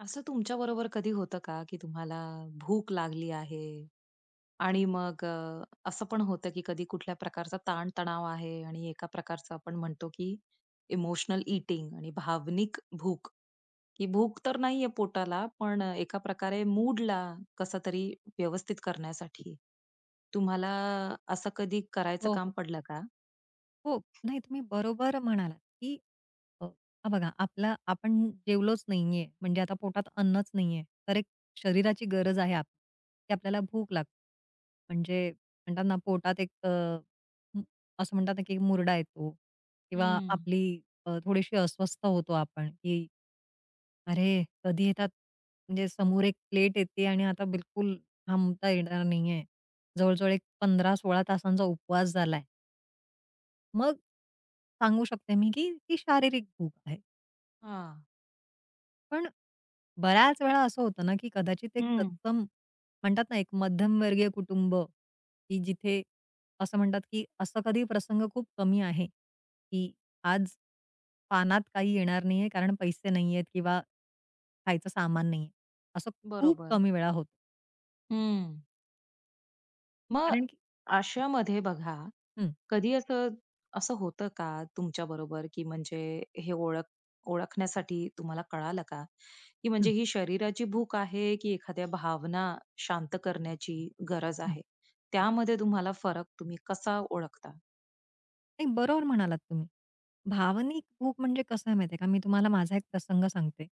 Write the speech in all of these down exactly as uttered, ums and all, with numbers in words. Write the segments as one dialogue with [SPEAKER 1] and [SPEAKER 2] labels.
[SPEAKER 1] असं तुमच्या बरोबर कधी होतं का, की तुम्हाला भूक लागली आहे आणि मग अ, असं पण होतं, की कधी कुठल्या प्रकारचा ताण-तणाव आहे आणि एका प्रकारचं आपण म्हणतो, की इमोशनल ईटिंग आणि भावनिक भूक, की भूक तर नाहीये पोटाला, पण एका प्रकारे मूडला कसं तरी व्यवस्थित करण्यासाठी. तुम्हाला असं कधी करायचं
[SPEAKER 2] हो,
[SPEAKER 1] काम
[SPEAKER 2] हो.
[SPEAKER 1] पडलं का?
[SPEAKER 2] हो. नाही तुम्ही बरोबर म्हणालात, की अ, हा बघा आपला आपण जेवलोच नाहीये, म्हणजे आता पोटात अन्नच नाहीये. तर एक शरीराची गरज आहे आपली, की आपल्याला भूक लागते. म्हणजे म्हणतात ना पोटात एक अ, हं, असं म्हणतात ना, की मुरडा येतो किंवा
[SPEAKER 1] हं.
[SPEAKER 2] आपली अ, थोडीशी अस्वस्थ होतो आपण, की "अरे, कधी येतात?" म्हणजे समोर एक प्लेट येते आणि आता बिलकुल थांबता येणार नाहीये. जवळ एक पंधरा सोळा तासांचा उपवास झालाय. मग सांगू शकते मी, की ती शारीरिक भूक आहे.
[SPEAKER 1] हां.
[SPEAKER 2] पण बऱ्याच वेळा असं होतं ना, की कदाचित एक
[SPEAKER 1] हं.
[SPEAKER 2] तत्सम म्हणतात ना, एक मध्यमवर्गीय कुटुंब, की जिथे असं म्हणतात, की असं कधी प्रसंग खूप कमी आहे, की आज पानात काही येणार नाहीये कारण पैसे नाहीयेत किंवा खायचं सामान नाहीये. असं खूप
[SPEAKER 1] बरोबर.
[SPEAKER 2] कमी वेळा होतं.
[SPEAKER 1] हं. मग
[SPEAKER 2] कारण की
[SPEAKER 1] अशामध्ये बघा
[SPEAKER 2] हं,
[SPEAKER 1] कधी असं असं होतं का तुमच्या बरोबर की म्हणजे हे ओळख ओळखण्यासाठी तुम्हाला कळालं का? की
[SPEAKER 2] हं, हं.
[SPEAKER 1] म्हणजे ही शरीराची भूक आहे की एखाद्या भावना शांत करण्याची गरज आहे? त्यामध्ये तुम्हाला फरक तुम्ही कसा ओळखता?
[SPEAKER 2] नाही, बरोबर म्हणालात तुम्ही. भावनिक भूक म्हणजे कसं आहे माहिती का, मी तुम्हाला माझा एक प्रसंग सांगते.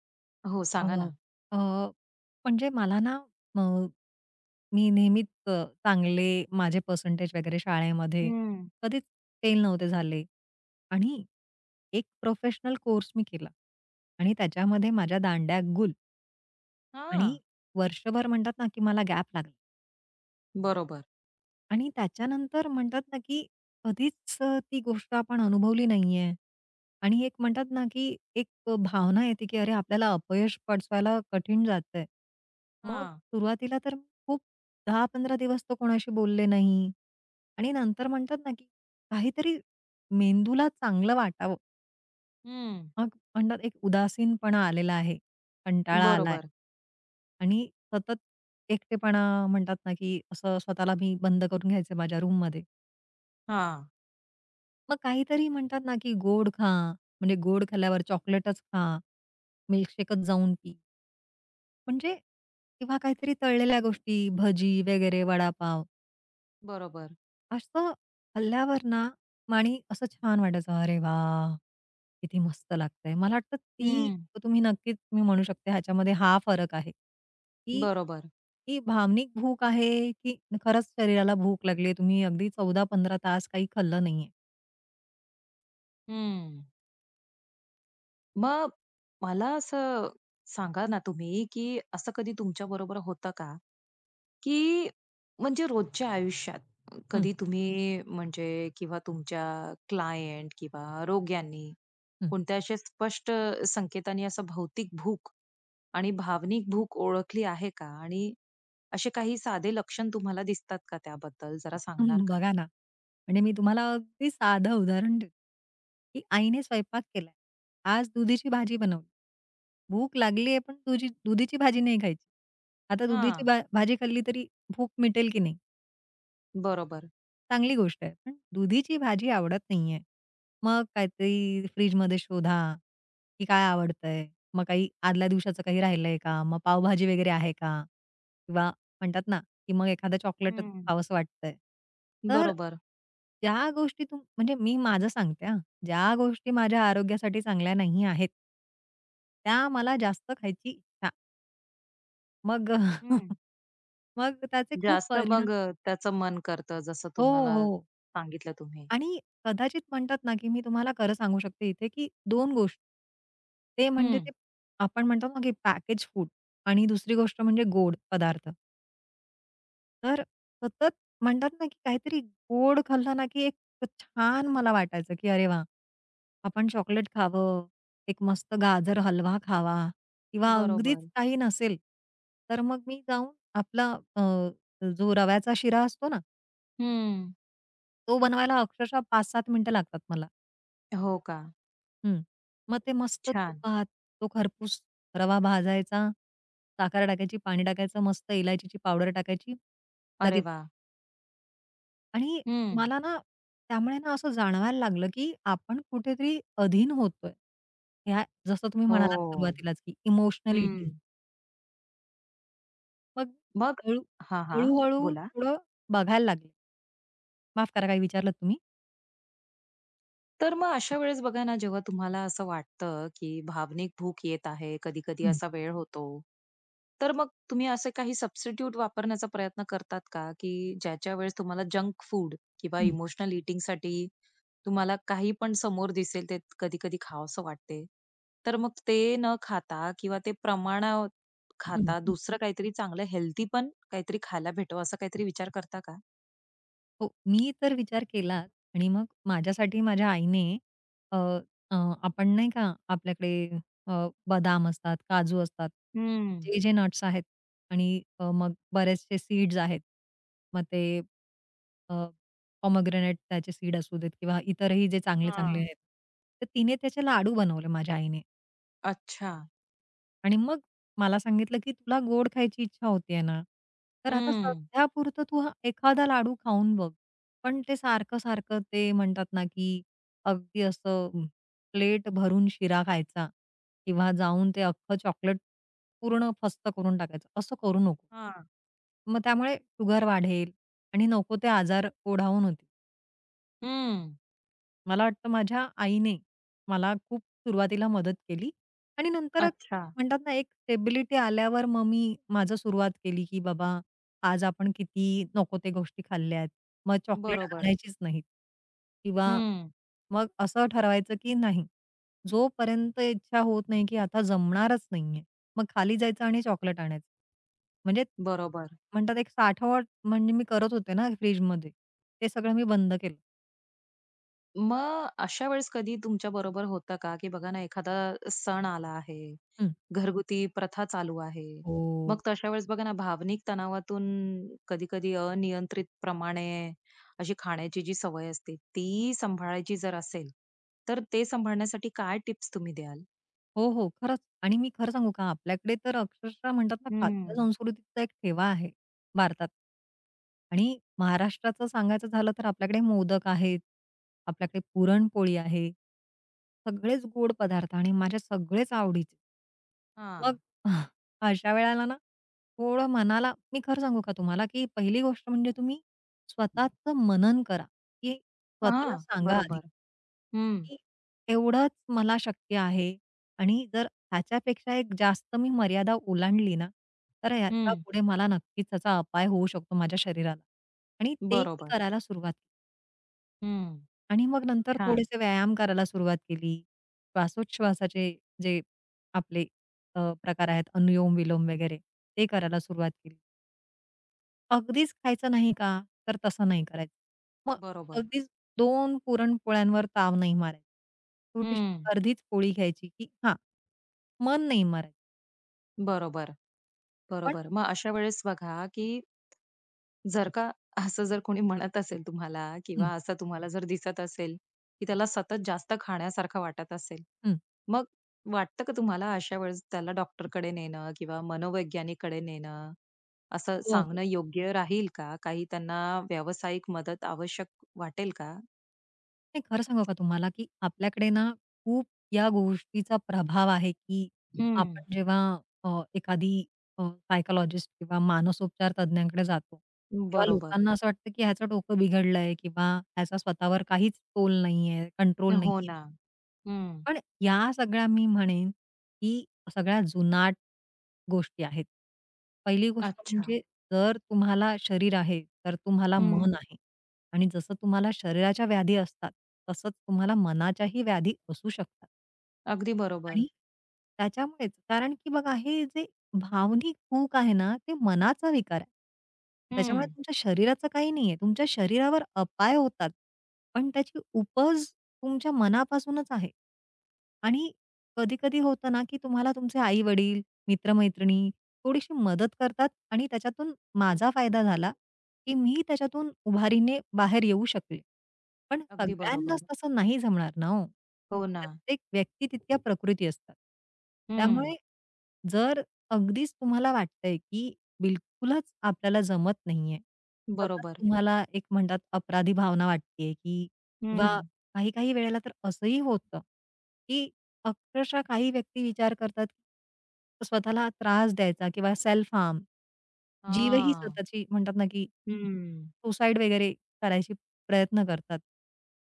[SPEAKER 1] हो,
[SPEAKER 2] अ,
[SPEAKER 1] सांगा ना?
[SPEAKER 2] अ, म्हणजे मला ना अ, मी नेहमीच अ, चांगले माझे पर्सेंटेज वगैरे शाळेमध्ये
[SPEAKER 1] हं.
[SPEAKER 2] कधीच फेल नव्हते झाले आणि एक प्रोफेशनल कोर्स मी केला आणि त्याच्यामध्ये माझ्या दांड्या गुल आणि
[SPEAKER 1] हां,
[SPEAKER 2] वर्षभर म्हणतात ना, की मला गॅप लागला.
[SPEAKER 1] बरोबर.
[SPEAKER 2] आणि त्याच्यानंतर म्हणतात ना, की कधीच अ, ती गोष्ट आपण अनुभवली नाहीये. आणि एक म्हणतात ना, की एक अ, भावना येते, की अरे आपल्याला अपयश पचवायला कठीण जातंय. मग
[SPEAKER 1] हां,
[SPEAKER 2] सुरुवातीला तर खूप दहा पंधरा दिवस तर कोणाशी बोलले नाही. आणि नंतर म्हणतात ना, की काहीतरी मेंदूला चांगलं वाटावं.
[SPEAKER 1] हं.
[SPEAKER 2] मग म्हणतात एक उदासीनपणा आलेला आहे, कंटाळा आलाय.
[SPEAKER 1] बरोबर.
[SPEAKER 2] आणि सतत एकटेपणा म्हणतात ना, की असं स्वतःला मी बंद करून घ्यायचे माझ्या रूममध्ये.
[SPEAKER 1] हां,
[SPEAKER 2] मग काहीतरी म्हणतात ना, की गोड खा, म्हणजे गोड खाल्ल्यावर चॉकलेटच खा, मिल्कशेकच जाऊन पी. म्हणजे किंवा काहीतरी तळलेल्या गोष्टी, भजी वगैरे, वडापाव
[SPEAKER 1] बरोबर.
[SPEAKER 2] असं खाल्ल्यावर ना आणि असं छान वाटायचं, "अरे वाह! किती मस्त लागतंय." मला वाटतं ती
[SPEAKER 1] हं.
[SPEAKER 2] तुम्ही नक्कीच मी म्हणू शकते ह्याच्यामध्ये हा फरक आहे, की
[SPEAKER 1] बरोबर.
[SPEAKER 2] ही भावनिक भूक आहे, की खरंच शरीराला भूक लागली तुम्ही अगदी चौदा पंधरा तास काही खाल्लं नाहीये.
[SPEAKER 1] हं. मग मला असं सांगा ना तुम्ही, की असं कधी तुमच्याबरोबर होतं का? की म्हणजे रोजच्या आयुष्यात
[SPEAKER 2] हं.
[SPEAKER 1] कधी तुम्ही म्हणजे किंवा तुमच्या क्लायंट किंवा रोग्यांनी कोणत्या असे स्पष्ट संकेतांनी असं भौतिक भूक आणि भावनिक भूक ओळखली आहे का? आणि असे काही साधे लक्षण तुम्हाला दिसतात का त्याबद्दल जरा सांगणार
[SPEAKER 2] हं,
[SPEAKER 1] का?
[SPEAKER 2] बघा ना, म्हणजे मी तुम्हाला अगदी साधं उदाहरण देते, की आईने स्वयंपाक केलाय. आज दुधीची भाजी बनवली. भूक लागली आहे, पण दुधी दुधीची भाजी नाही खायची. आता दुधीची
[SPEAKER 1] हां.
[SPEAKER 2] भा भाजी खाल्ली तरी भूक मिटेल की नाही?
[SPEAKER 1] बरोबर.
[SPEAKER 2] चांगली गोष्ट आहे. पण दुधीची भाजी आवडत नाहीये. मग काहीतरी फ्रिजमध्ये शोधा, की काय आवडतंय? मग काही आदल्या दिवसाचं काही राहिलंय का? मग पावभाजी वगैरे आहे का? किंवा म्हणतात ना, की मग एखादं चॉकलेटच
[SPEAKER 1] हं.
[SPEAKER 2] खावंसं वाटतंय. तर
[SPEAKER 1] बरोबर.
[SPEAKER 2] ज्या गोष्टी तुम म्हणजे मी माझं सांगते हां. ज्या गोष्टी माझ्या आरोग्यासाठी चांगल्या नाही आहेत, त्या मला जास्त खायची इच्छा. मग
[SPEAKER 1] हं.
[SPEAKER 2] मग त्याचे खूप
[SPEAKER 1] जास्त
[SPEAKER 2] परिणाम
[SPEAKER 1] मग अ, त्याचं मन करतं जसं
[SPEAKER 2] हो,
[SPEAKER 1] तुम्हाला
[SPEAKER 2] हो.
[SPEAKER 1] सांगितलं तुम्ही.
[SPEAKER 2] आणि कदाचित म्हणतात ना, की मी तुम्हाला खरं सांगू शकते इथे, की दोन गोष्टी. ते म्हणजे
[SPEAKER 1] हं.
[SPEAKER 2] ते आपण म्हणतो ना, की पॅकेज फूड आणि दुसरी गोष्ट म्हणजे गोड पदार्थ. तर सतत म्हणतात ना, की काहीतरी गोड खाल्लं ना, की एक छान मला वाटायचं, की अरे वा, आपण चॉकलेट खावं, एक मस्त गाजर हलवा खावा किंवा अगदीच
[SPEAKER 1] बरोबर.
[SPEAKER 2] काही नसेल, तर मग मी जाऊन आपला अ, जो रव्याचा शिरा असतो ना,
[SPEAKER 1] हं.
[SPEAKER 2] तो बनवायला अक्षरशः पाच सात मिनिटं लागतात मला.
[SPEAKER 1] हो का?
[SPEAKER 2] हं. मग ते मस्त
[SPEAKER 1] छान.
[SPEAKER 2] तुपात तो खरपूस रवा भाजायचा, साखर टाकायची, पाणी टाकायचं, मस्त इलायचीची पावडर टाकायची.
[SPEAKER 1] अरे
[SPEAKER 2] लगेच
[SPEAKER 1] वाह!
[SPEAKER 2] आणि
[SPEAKER 1] हं. हं.
[SPEAKER 2] मला ना त्यामुळे ना असं जाणवायला लागलं, की आपण कुठेतरी अधीन होतोय. ह्या जसं तुम्ही म्हणालात
[SPEAKER 1] हो.
[SPEAKER 2] सुरुवातीलाच, की इमोशनल ईटिंग.
[SPEAKER 1] हं.
[SPEAKER 2] मग
[SPEAKER 1] मग हां, हां.
[SPEAKER 2] हळू हळू
[SPEAKER 1] बोला.
[SPEAKER 2] थोडं बघायला लागले. माफ करा काही विचारलात तुम्ही?
[SPEAKER 1] तर मग अशा वेळेस बघा ना, जेव्हा तुम्हाला असं वाटतं, की भावनिक भूक येत आहे, कधी-कधी
[SPEAKER 2] हं,
[SPEAKER 1] असा वेळ होतो. तर मग तुम्ही असे काही सबस्टिट्यूट वापरण्याचा प्रयत्न करतात का? की ज्याच्या वेळेस तुम्हाला जंक फूड किंवा
[SPEAKER 2] हं,
[SPEAKER 1] इमोशनल ईटिंगसाठी तुम्हाला काही पण समोर दिसेल, ते कधी-कधी खावसं वाटते. तर मग ते न खाता किंवा ते प्रमाणात
[SPEAKER 2] हं,
[SPEAKER 1] खाता
[SPEAKER 2] हं.
[SPEAKER 1] दुसरं काहीतरी चांगलं हेल्दी पण काहीतरी खायला भेटावं, असा काहीतरी विचार करता का?
[SPEAKER 2] हो, मी तर विचार केलाच आणि मग माझ्यासाठी माझ्या आईने अ, अ, आपण नाही का आपल्याकडे अ, बदाम असतात, काजू असतात,
[SPEAKER 1] हं.
[SPEAKER 2] जे जे नट्स आहेत आणि अ, मग बरेचसे सीड्स आहेत. मग ते अ, त्याचे सीड असू देत किंवा इतरही जे चांगले-चांगले
[SPEAKER 1] हां.
[SPEAKER 2] आहेत. तर तिने त्याचे लाडू बनवले माझ्या आईने.
[SPEAKER 1] अच्छा.
[SPEAKER 2] आणि मग मला सांगितलं, की "तुला गोड खायची इच्छा होतीये ना, तर आता
[SPEAKER 1] हं.
[SPEAKER 2] सध्यापुरतं तू हा एखादा लाडू खाऊन बघ." पण ते सारखं-सारखं ते म्हणतात ना, की अगदी असं अं, प्लेट भरून शिरा खायचा किंवा जाऊन ते अख्खं चॉकलेट पूर्ण फस्त करून टाकायचं, असं करू नको. मग त्यामुळे शुगर वाढेल आणि नको ते आजार ओढावून होतील.
[SPEAKER 1] हं.
[SPEAKER 2] मला वाटतं माझ्या आईने मला खूप सुरुवातीला मदत केली आणि नंतर
[SPEAKER 1] अच्छा.
[SPEAKER 2] म्हणतात ना एक स्टेबिलिटी आल्यावर मग मी माझं सुरुवात केली, की बाबा आज आपण किती नको ते गोष्टी खाल्ल्या आहेत. मग चॉकलेट
[SPEAKER 1] बरोबर.
[SPEAKER 2] आणायचीच नाहीत किंवा
[SPEAKER 1] हं.
[SPEAKER 2] मग असं ठरवायचं, की नाही जोपर्यंत इच्छा होत नाही, की आता जमणारच नाहीये, मग खाली जायचं आणि चॉकलेट आणायचं. म्हणजे
[SPEAKER 1] बरोबर.
[SPEAKER 2] म्हणतात एक साठवण म्हणजे मी करत होते ना फ्रिजमध्ये, ते सगळं मी बंद केलं.
[SPEAKER 1] मग अशा वेळेस कधी तुमच्या बरोबर होतं का, की बघा ना एखादा सण आला आहे,
[SPEAKER 2] हं.
[SPEAKER 1] घरगुती प्रथा चालू आहे. मग
[SPEAKER 2] हो.
[SPEAKER 1] तशा वेळेस बघा ना भावनिक तणावातून कधी-कधी अनियंत्रित प्रमाणे अशी खाण्याची जी सवय असते, ती सांभाळायची जर असेल, तर ते सांभाळण्यासाठी काय टिप्स तुम्ही द्याल?
[SPEAKER 2] हो, हो. खरंच आणि मी खरं सांगू का? आपल्याकडे तर अक्षरशः म्हणतात ना, खाद्य
[SPEAKER 1] हं.
[SPEAKER 2] संस्कृतीचा एक ठेवा आहे भारतात. आणि महाराष्ट्राचं सांगायचं झालं तर आपल्याकडे मोदक आहेत, आपल्याकडे पुरणपोळी आहे. सगळेच गोड पदार्थ आणि माझ्या सगळेच आवडीचे. मग
[SPEAKER 1] हां.
[SPEAKER 2] अशा वेळेला ना, थोडं मनाला मी खरं सांगू का तुम्हाला, की पहिली गोष्ट म्हणजे तुम्ही स्वतःचं मनन करा, की स्वतःला
[SPEAKER 1] हां.
[SPEAKER 2] सांगा आधी,
[SPEAKER 1] बरोबर. हं,
[SPEAKER 2] की एवढंच मला शक्य आहे. आणि जर ह्याच्यापेक्षा एक जास्त मी मर्यादा ओलांडली ना, तर ह्याचा
[SPEAKER 1] हं.
[SPEAKER 2] पुढे मला नक्कीच त्याचा अपाय होऊ शकतो माझ्या शरीराला. आणि ते मी
[SPEAKER 1] बरोबर.
[SPEAKER 2] करायला सुरुवात केली.
[SPEAKER 1] हं.
[SPEAKER 2] आणि मग नंतर
[SPEAKER 1] छान.
[SPEAKER 2] थोडेसे व्यायाम करायला सुरुवात केली. श्वासोच्छवासाचे जे आपले अ, प्रकार आहेत अनुलोम विलोम वगैरे ते करायला सुरुवात केली. अगदीच खायचं नाही का? तर तसं नाही करायचं. मग
[SPEAKER 1] बरोबर.
[SPEAKER 2] अगदीच दोन पुरणपोळ्यांवर ताव नाही मारायचा. छोटीशी
[SPEAKER 1] हं.
[SPEAKER 2] अर्धीच पोळी घ्यायची, की हां, मन नाही मारायचं.
[SPEAKER 1] बरोबर,
[SPEAKER 2] पण
[SPEAKER 1] बरोबर. मग अशा वेळेस बघा, की जर का असं जर कोणी म्हणत असेल तुम्हाला
[SPEAKER 2] हं,
[SPEAKER 1] किंवा असं तुम्हाला जर दिसत असेल, की त्याला सतत जास्त खाण्यासारखं वाटत असेल,
[SPEAKER 2] हं.
[SPEAKER 1] मग वाटतं का तुम्हाला अशा वेळेस त्याला डॉक्टरकडे नेणं किंवा मनोवैज्ञानिककडे नेणं, असं
[SPEAKER 2] हो, हो.
[SPEAKER 1] सांगणं योग्य राहील का? काही त्यांना व्यावसायिक मदत आवश्यक वाटेल का?
[SPEAKER 2] नाही खरं सांगू का तुम्हाला, की आपल्याकडे ना खूप या गोष्टीचा प्रभाव आहे, की आपण
[SPEAKER 1] हं.
[SPEAKER 2] जेव्हा अ, एखादी अ, सायकॉलॉजिस्ट किंवा मानसोपचार तज्ञांकडे जातो, तेव्हा
[SPEAKER 1] बरोबर.
[SPEAKER 2] लोकांना असं वाटतं, की ह्याचं डोकं बिघडलंय किंवा ह्याचा स्वतःवर काहीच तोल नाहीये, कंट्रोल
[SPEAKER 1] हो
[SPEAKER 2] नाहीये.
[SPEAKER 1] ना. हं.
[SPEAKER 2] पण या सगळ्या मी म्हणेन, की सगळ्या जुनाट गोष्टी आहेत. पहिली गोष्ट
[SPEAKER 1] अच्छा.
[SPEAKER 2] म्हणजे जर तुम्हाला शरीर आहे, तर तुम्हाला मन
[SPEAKER 1] हं.
[SPEAKER 2] आहे आणि जसं तुम्हाला शरीराच्या व्याधी असतात, तसंच तुम्हाला मनाच्याही व्याधी असू शकतात.
[SPEAKER 1] अगदी बरोबर.
[SPEAKER 2] आणि त्याच्यामुळेच कारण की बघा हे जे भावनिक कूक आहे ना, ते मनाचा विकार आहे. त्याच्यामुळे
[SPEAKER 1] हं.
[SPEAKER 2] तुमच्या शरीराचं काही नाहीये. तुमच्या शरीरावर अपाय होतात, पण त्याची उपज तुमच्या मनापासूनच आहे. आणि कधी-कधी होतं ना, की तुम्हाला तुमचे आई-वडील, मित्र थोडीशी मदत करतात आणि त्याच्यातून माझा फायदा झाला, की मी त्याच्यातून उभारीने बाहेर येऊ शकले. पण
[SPEAKER 1] अगदी बरोबर.
[SPEAKER 2] सगळ्यांनाच तसं नाही जमणार ना हो.
[SPEAKER 1] हो ना.
[SPEAKER 2] प्रत्येक व्यक्ती तितक्या प्रकृती असतात.
[SPEAKER 1] हं.
[SPEAKER 2] त्यामुळे जर अगदीच तुम्हाला वाटतंय, की बिलकुलच आपल्याला जमत नाहीये. सतत
[SPEAKER 1] बरोबर.
[SPEAKER 2] तुम्हाला एक म्हणतात अपराधी भावना वाटतेय, की किंवा
[SPEAKER 1] हं.
[SPEAKER 2] काही-काही वेळेला तर असंही होतं, की अक्षरशः काही व्यक्ती विचार करतात, की स्वतःला त्रास द्यायचा किंवा सेल्फ हार्म जीवही
[SPEAKER 1] हां.
[SPEAKER 2] स्वतःची म्हणतात ना, की
[SPEAKER 1] हं.
[SPEAKER 2] सुसाईड वगैरे करायची प्रयत्न करतात.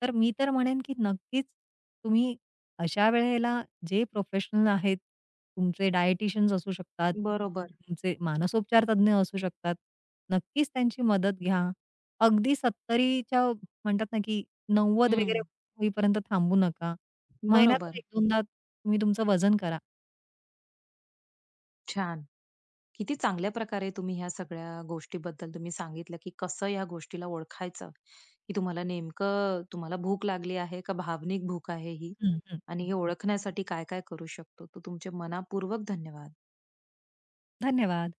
[SPEAKER 2] तर मी तर म्हणेन, की नक्कीच तुम्ही अशा वेळेला जे प्रोफेशनल आहेत, तुमचे डायटिशियन्स असू शकतात,
[SPEAKER 1] बरोबर.
[SPEAKER 2] तुमचे मानसोपचार तज्ञ असू शकतात. नक्कीच त्यांची मदत घ्या. अगदी सत्तरच्या म्हणतात ना, की नव्वद
[SPEAKER 1] हं.
[SPEAKER 2] वगैरे होईपर्यंत थांबू नका. महिन्यातून
[SPEAKER 1] बरोबर.
[SPEAKER 2] एक दोनदा तुम्ही तुमचं वजन करा.
[SPEAKER 1] छान. किती चांगल्या प्रकारे तुम्ही ह्या सगळ्या गोष्टीबद्दल तुम्ही सांगितलं, की कसं ह्या गोष्टीला ओळखायचं, की तुम्हाला नेमकं तुम्हाला भूक लागली आहे का भावनिक भूक आहे ही
[SPEAKER 2] हं, हं.
[SPEAKER 1] आणि हे ओळखण्यासाठी काय-काय करू शकतो. तर तुमचे मनःपूर्वक धन्यवाद.
[SPEAKER 2] धन्यवाद.